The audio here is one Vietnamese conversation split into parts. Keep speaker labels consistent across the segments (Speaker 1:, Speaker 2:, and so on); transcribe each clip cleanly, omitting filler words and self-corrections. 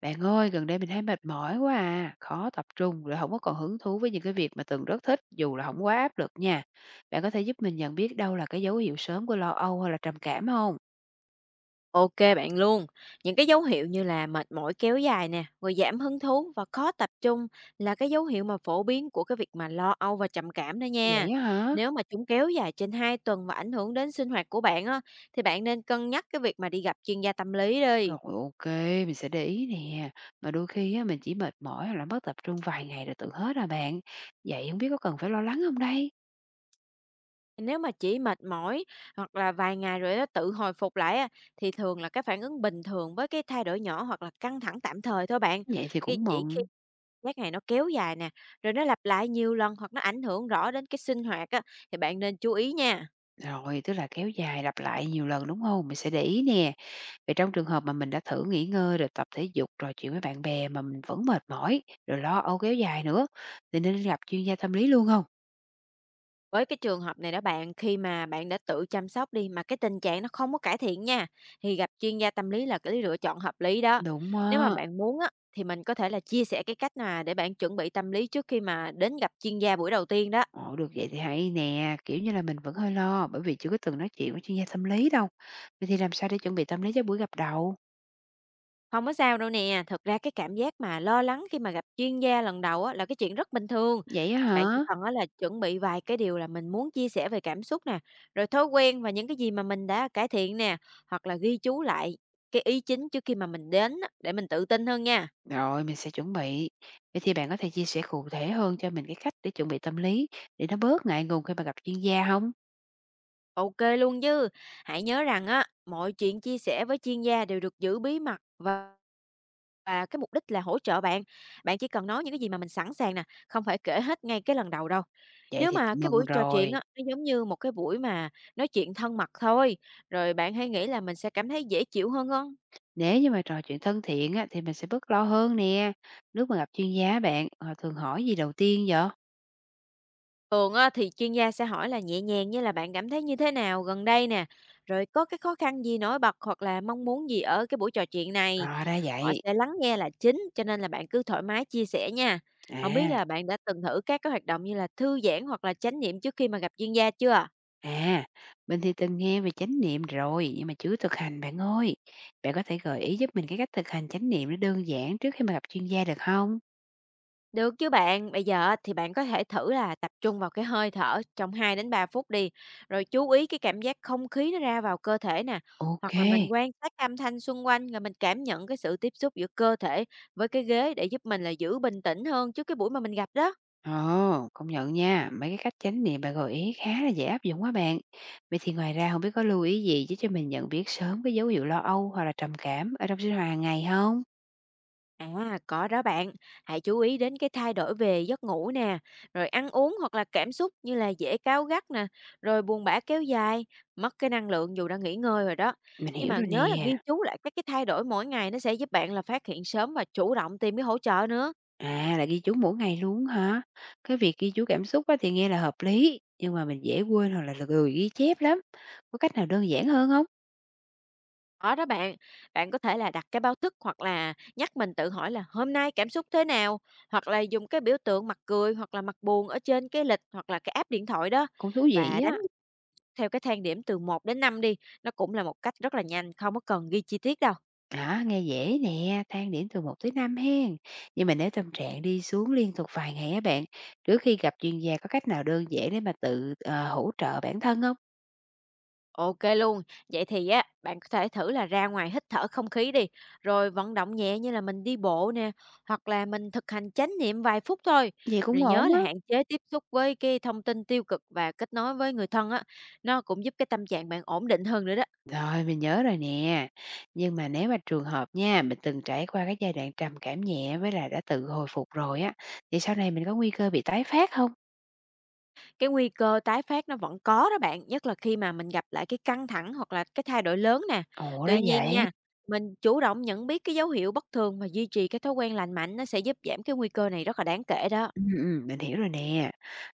Speaker 1: Bạn ơi, gần đây mình thấy mệt mỏi quá à, khó tập trung, rồi không có còn hứng thú với những cái việc mà từng rất thích, dù là không quá áp lực nha. Bạn có thể giúp mình nhận biết đâu là cái dấu hiệu sớm của lo âu hay là trầm cảm không?
Speaker 2: OK bạn luôn. Những cái dấu hiệu như là mệt mỏi kéo dài nè, rồi giảm hứng thú và khó tập trung là cái dấu hiệu mà phổ biến của cái việc mà lo âu và trầm cảm đó nha.
Speaker 1: Vậy á hả?
Speaker 2: Nếu mà chúng kéo dài trên 2 tuần và ảnh hưởng đến sinh hoạt của bạn á, thì bạn nên cân nhắc cái việc mà đi gặp chuyên gia tâm lý đi.
Speaker 1: Rồi, ok, mình sẽ để ý nè. Mà đôi khi á, mình chỉ mệt mỏi hoặc là mất tập trung vài ngày rồi tự hết à bạn. Vậy không biết có cần phải lo lắng không đây?
Speaker 2: Nếu mà chỉ mệt mỏi hoặc là vài ngày rồi nó tự hồi phục lại á, thì thường là cái phản ứng bình thường với cái thay đổi nhỏ hoặc là căng thẳng tạm thời thôi bạn.
Speaker 1: Vậy thì
Speaker 2: Cái
Speaker 1: cũng
Speaker 2: chỉ khi
Speaker 1: mừng.
Speaker 2: giác này nó kéo dài nè, rồi nó lặp lại nhiều lần hoặc nó ảnh hưởng rõ đến cái sinh hoạt á, thì bạn nên chú ý nha.
Speaker 1: Rồi, tức là kéo dài lặp lại nhiều lần đúng không? Mình sẽ để ý nè. Vậy trong trường hợp mà mình đã thử nghỉ ngơi rồi tập thể dục, trò chuyện với bạn bè mà mình vẫn mệt mỏi, rồi lo âu kéo dài nữa, thì nên gặp chuyên gia tâm lý luôn không?
Speaker 2: Với cái trường hợp này đó bạn, khi mà bạn đã tự chăm sóc đi mà cái tình trạng nó không có cải thiện nha, thì gặp chuyên gia tâm lý là cái lựa chọn hợp lý đó.
Speaker 1: Đúng
Speaker 2: Nếu mà
Speaker 1: á.
Speaker 2: bạn muốn á, thì mình có thể là chia sẻ cái cách mà để bạn chuẩn bị tâm lý trước khi mà đến gặp chuyên gia buổi đầu tiên đó.
Speaker 1: Ồ, được vậy thì hay nè, kiểu như là, mình vẫn hơi lo bởi vì chưa có từng nói chuyện với chuyên gia tâm lý đâu. Vậy thì làm sao để chuẩn bị tâm lý cho buổi gặp đầu?
Speaker 2: Không có sao đâu nè, thực ra cái cảm giác mà lo lắng khi mà gặp chuyên gia lần đầu á là cái chuyện rất bình thường.
Speaker 1: Vậy á
Speaker 2: Bạn chỉ
Speaker 1: hả?
Speaker 2: cần á là chuẩn bị vài cái điều là mình muốn chia sẻ về cảm xúc nè, rồi thói quen và những cái gì mà mình đã cải thiện nè, hoặc là ghi chú lại cái ý chính trước khi mà mình đến á, để mình tự tin hơn nha.
Speaker 1: Rồi, mình sẽ chuẩn bị. Vậy thì bạn có thể chia sẻ cụ thể hơn cho mình cái cách để chuẩn bị tâm lý, để nó bớt ngại ngùng khi mà gặp chuyên gia không?
Speaker 2: OK luôn chứ. Hãy nhớ rằng á, mọi chuyện chia sẻ với chuyên gia đều được giữ bí mật, và cái mục đích là hỗ trợ bạn. Bạn chỉ cần nói những cái gì mà mình sẵn sàng nè, không phải kể hết ngay cái lần đầu đâu.
Speaker 1: Vậy
Speaker 2: Nếu
Speaker 1: thì
Speaker 2: mà cái
Speaker 1: mừng
Speaker 2: buổi trò chuyện
Speaker 1: rồi.
Speaker 2: á, nó giống như một cái buổi mà nói chuyện thân mật thôi, rồi bạn hay nghĩ là mình sẽ cảm thấy dễ chịu hơn không?
Speaker 1: Nếu như mà trò chuyện thân thiện á, thì mình sẽ bớt lo hơn nè. Lúc mà gặp chuyên gia bạn, họ thường hỏi gì đầu tiên vậy?
Speaker 2: Thường á thì chuyên gia sẽ hỏi là nhẹ nhàng như là bạn cảm thấy như thế nào gần đây nè, rồi có cái khó khăn gì nổi bật hoặc là mong muốn gì ở cái buổi trò chuyện này.
Speaker 1: Rõ ra
Speaker 2: Họ
Speaker 1: vậy.
Speaker 2: sẽ lắng nghe là chính, cho nên là bạn cứ thoải mái chia sẻ nha. Không biết
Speaker 1: À,
Speaker 2: là bạn đã từng thử các cái hoạt động như là thư giãn hoặc là chánh niệm trước khi mà gặp chuyên gia chưa?
Speaker 1: à, mình thì từng nghe về chánh niệm rồi, nhưng mà chưa thực hành bạn ơi. Bạn có thể gợi ý giúp mình cái cách thực hành chánh niệm nó đơn giản trước khi mà gặp chuyên gia được không?
Speaker 2: Được chứ bạn, bây giờ á thì bạn có thể thử là tập trung vào cái hơi thở trong 2 đến 3 phút đi, rồi chú ý cái cảm giác không khí nó ra vào cơ thể nè,
Speaker 1: Ok.
Speaker 2: hoặc là mình quan sát âm thanh xung quanh rồi mình cảm nhận cái sự tiếp xúc giữa cơ thể với cái ghế để giúp mình là giữ bình tĩnh hơn trước cái buổi mà mình gặp đó.
Speaker 1: Ồ, công nhận nha, mấy cái cách chánh niệm bạn gợi ý khá là dễ áp dụng quá bạn. Vậy thì ngoài ra không biết có lưu ý gì chứ cho mình nhận biết sớm cái dấu hiệu lo âu hoặc là trầm cảm ở trong sinh hoạt hàng ngày không?
Speaker 2: À, có đó bạn. Hãy chú ý đến cái thay đổi về giấc ngủ nè, rồi ăn uống hoặc là cảm xúc như là dễ cáu gắt nè, rồi buồn bã kéo dài, mất cái năng lượng dù đã nghỉ ngơi rồi đó.
Speaker 1: Mình
Speaker 2: Nhưng
Speaker 1: hiểu
Speaker 2: mà
Speaker 1: rồi
Speaker 2: nhớ là
Speaker 1: nè.
Speaker 2: ghi chú lại các cái thay đổi mỗi ngày nó sẽ giúp bạn là phát hiện sớm và chủ động tìm cái hỗ trợ nữa.
Speaker 1: À, là ghi chú mỗi ngày luôn hả? Cái việc ghi chú cảm xúc á, thì nghe là hợp lý, nhưng mà mình dễ quên hoặc là lười ghi chép lắm. Có cách nào đơn giản hơn không?
Speaker 2: Có đó bạn. Bạn có thể là đặt cái báo thức hoặc là nhắc mình tự hỏi là hôm nay cảm xúc thế nào, hoặc là dùng cái biểu tượng mặt cười hoặc là mặt buồn ở trên cái lịch hoặc là cái app điện thoại đó,
Speaker 1: Cũng thú
Speaker 2: và
Speaker 1: vị
Speaker 2: đánh
Speaker 1: á.
Speaker 2: theo cái thang điểm từ 1 đến 5 đi, nó cũng là một cách rất là nhanh, không có cần ghi chi tiết đâu.
Speaker 1: À, nghe dễ nè, thang điểm từ một tới 5 hen. Nhưng mà nếu tâm trạng đi xuống liên tục vài ngày á bạn, trước khi gặp chuyên gia có cách nào đơn giản để mà tự hỗ trợ bản thân không?
Speaker 2: OK luôn. Vậy thì á, bạn có thể thử là ra ngoài hít thở không khí đi, rồi vận động nhẹ như là mình đi bộ nè, hoặc là mình thực hành chánh niệm vài phút thôi.
Speaker 1: Vậy cũng
Speaker 2: Rồi nhớ
Speaker 1: ổn
Speaker 2: là
Speaker 1: á.
Speaker 2: hạn chế tiếp xúc với cái thông tin tiêu cực và kết nối với người thân á, nó cũng giúp cái tâm trạng bạn ổn định hơn nữa đó.
Speaker 1: Rồi, mình nhớ rồi nè. Nhưng mà nếu mà trường hợp nha, mình từng trải qua cái giai đoạn trầm cảm nhẹ với lại đã tự hồi phục rồi á, thì sau này mình có nguy cơ bị tái phát không?
Speaker 2: Cái nguy cơ tái phát nó vẫn có đó bạn, nhất là khi mà mình gặp lại cái căng thẳng hoặc là cái thay đổi lớn nè.
Speaker 1: Ồ, ra
Speaker 2: Tuy nhiên
Speaker 1: vậy.
Speaker 2: nha, mình chủ động nhận biết cái dấu hiệu bất thường và duy trì cái thói quen lành mạnh nó sẽ giúp giảm cái nguy cơ này rất là đáng kể đó.
Speaker 1: Mình hiểu rồi nè.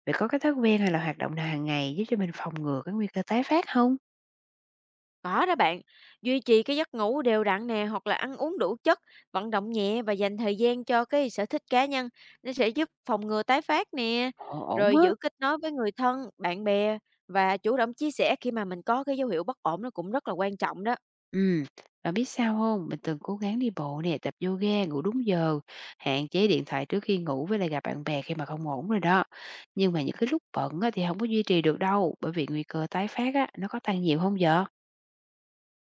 Speaker 1: Vậy có cái thói quen hay là hoạt động nào hàng ngày giúp cho mình phòng ngừa cái nguy cơ tái phát không?
Speaker 2: Có đó bạn, duy trì cái giấc ngủ đều đặn nè hoặc là ăn uống đủ chất, vận động nhẹ và dành thời gian cho cái sở thích cá nhân nó sẽ giúp phòng ngừa tái phát nè.
Speaker 1: Ồ, ổn
Speaker 2: Rồi
Speaker 1: á.
Speaker 2: giữ kết nối với người thân, bạn bè và chủ động chia sẻ khi mà mình có cái dấu hiệu bất ổn nó cũng rất là quan trọng đó.
Speaker 1: Ừm, bạn biết sao không? Mình từng cố gắng đi bộ nè, tập yoga, ngủ đúng giờ, hạn chế điện thoại trước khi ngủ với lại gặp bạn bè khi mà không ổn rồi đó. Nhưng mà những cái lúc bận á, thì không có duy trì được đâu, bởi vì nguy cơ tái phát á, nó có tăng nhiều không vợ?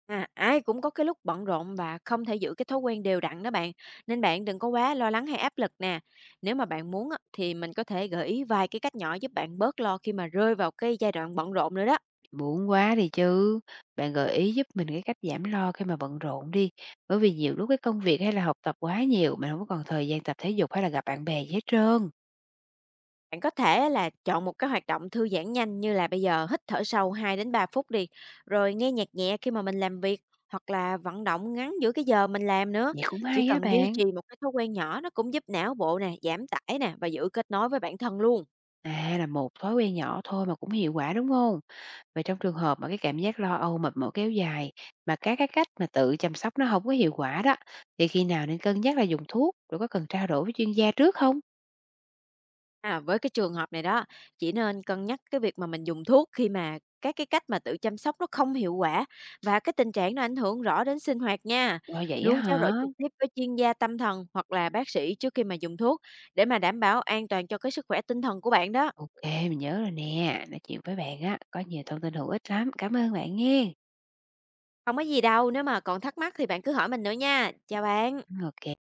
Speaker 2: À, ai cũng có cái lúc bận rộn và không thể giữ cái thói quen đều đặn đó bạn, nên bạn đừng có quá lo lắng hay áp lực nè. Nếu mà bạn muốn á, thì mình có thể gợi ý vài cái cách nhỏ giúp bạn bớt lo khi mà rơi vào cái giai đoạn bận rộn nữa đó.
Speaker 1: Buồn quá đi chứ. Bạn gợi ý giúp mình cái cách giảm lo khi mà bận rộn đi, bởi vì nhiều lúc cái công việc hay là học tập quá nhiều, mình không có còn thời gian tập thể dục hay là gặp bạn bè gì hết trơn.
Speaker 2: Bạn có thể là chọn một cái hoạt động thư giãn nhanh như là bây giờ hít thở sâu 2 đến 3 phút đi, rồi nghe nhạc nhẹ khi mà mình làm việc hoặc là vận động ngắn giữa cái giờ mình làm nữa.
Speaker 1: Vậy cũng
Speaker 2: Chỉ
Speaker 1: hay á
Speaker 2: cần duy
Speaker 1: bạn.
Speaker 2: trì một cái thói quen nhỏ nó cũng giúp não bộ nè, giảm tải nè và giữ kết nối với bản thân luôn.
Speaker 1: À, là một thói quen nhỏ thôi mà cũng hiệu quả, đúng không? Vậy trong trường hợp mà cái cảm giác lo âu mệt mỏi kéo dài mà các cái cách mà tự chăm sóc nó không có hiệu quả đó, thì khi nào nên cân nhắc là dùng thuốc, rồi có cần trao đổi với chuyên gia trước không?
Speaker 2: À, với cái trường hợp này đó, chỉ nên cân nhắc cái việc mà mình dùng thuốc khi mà các cái cách mà tự chăm sóc nó không hiệu quả và cái tình trạng nó ảnh hưởng rõ đến sinh hoạt nha.
Speaker 1: Ồ, vậy á
Speaker 2: Luôn trao đổi
Speaker 1: hả?
Speaker 2: trực tiếp với chuyên gia tâm thần hoặc là bác sĩ trước khi mà dùng thuốc để mà đảm bảo an toàn cho cái sức khỏe tinh thần của bạn đó.
Speaker 1: Ok, mình nhớ rồi nè. Nói chuyện với bạn á, có nhiều thông tin hữu ích lắm. Cảm ơn bạn nghe.
Speaker 2: Không có gì đâu, nếu mà còn thắc mắc thì bạn cứ hỏi mình nữa nha. Chào bạn.
Speaker 1: Ok.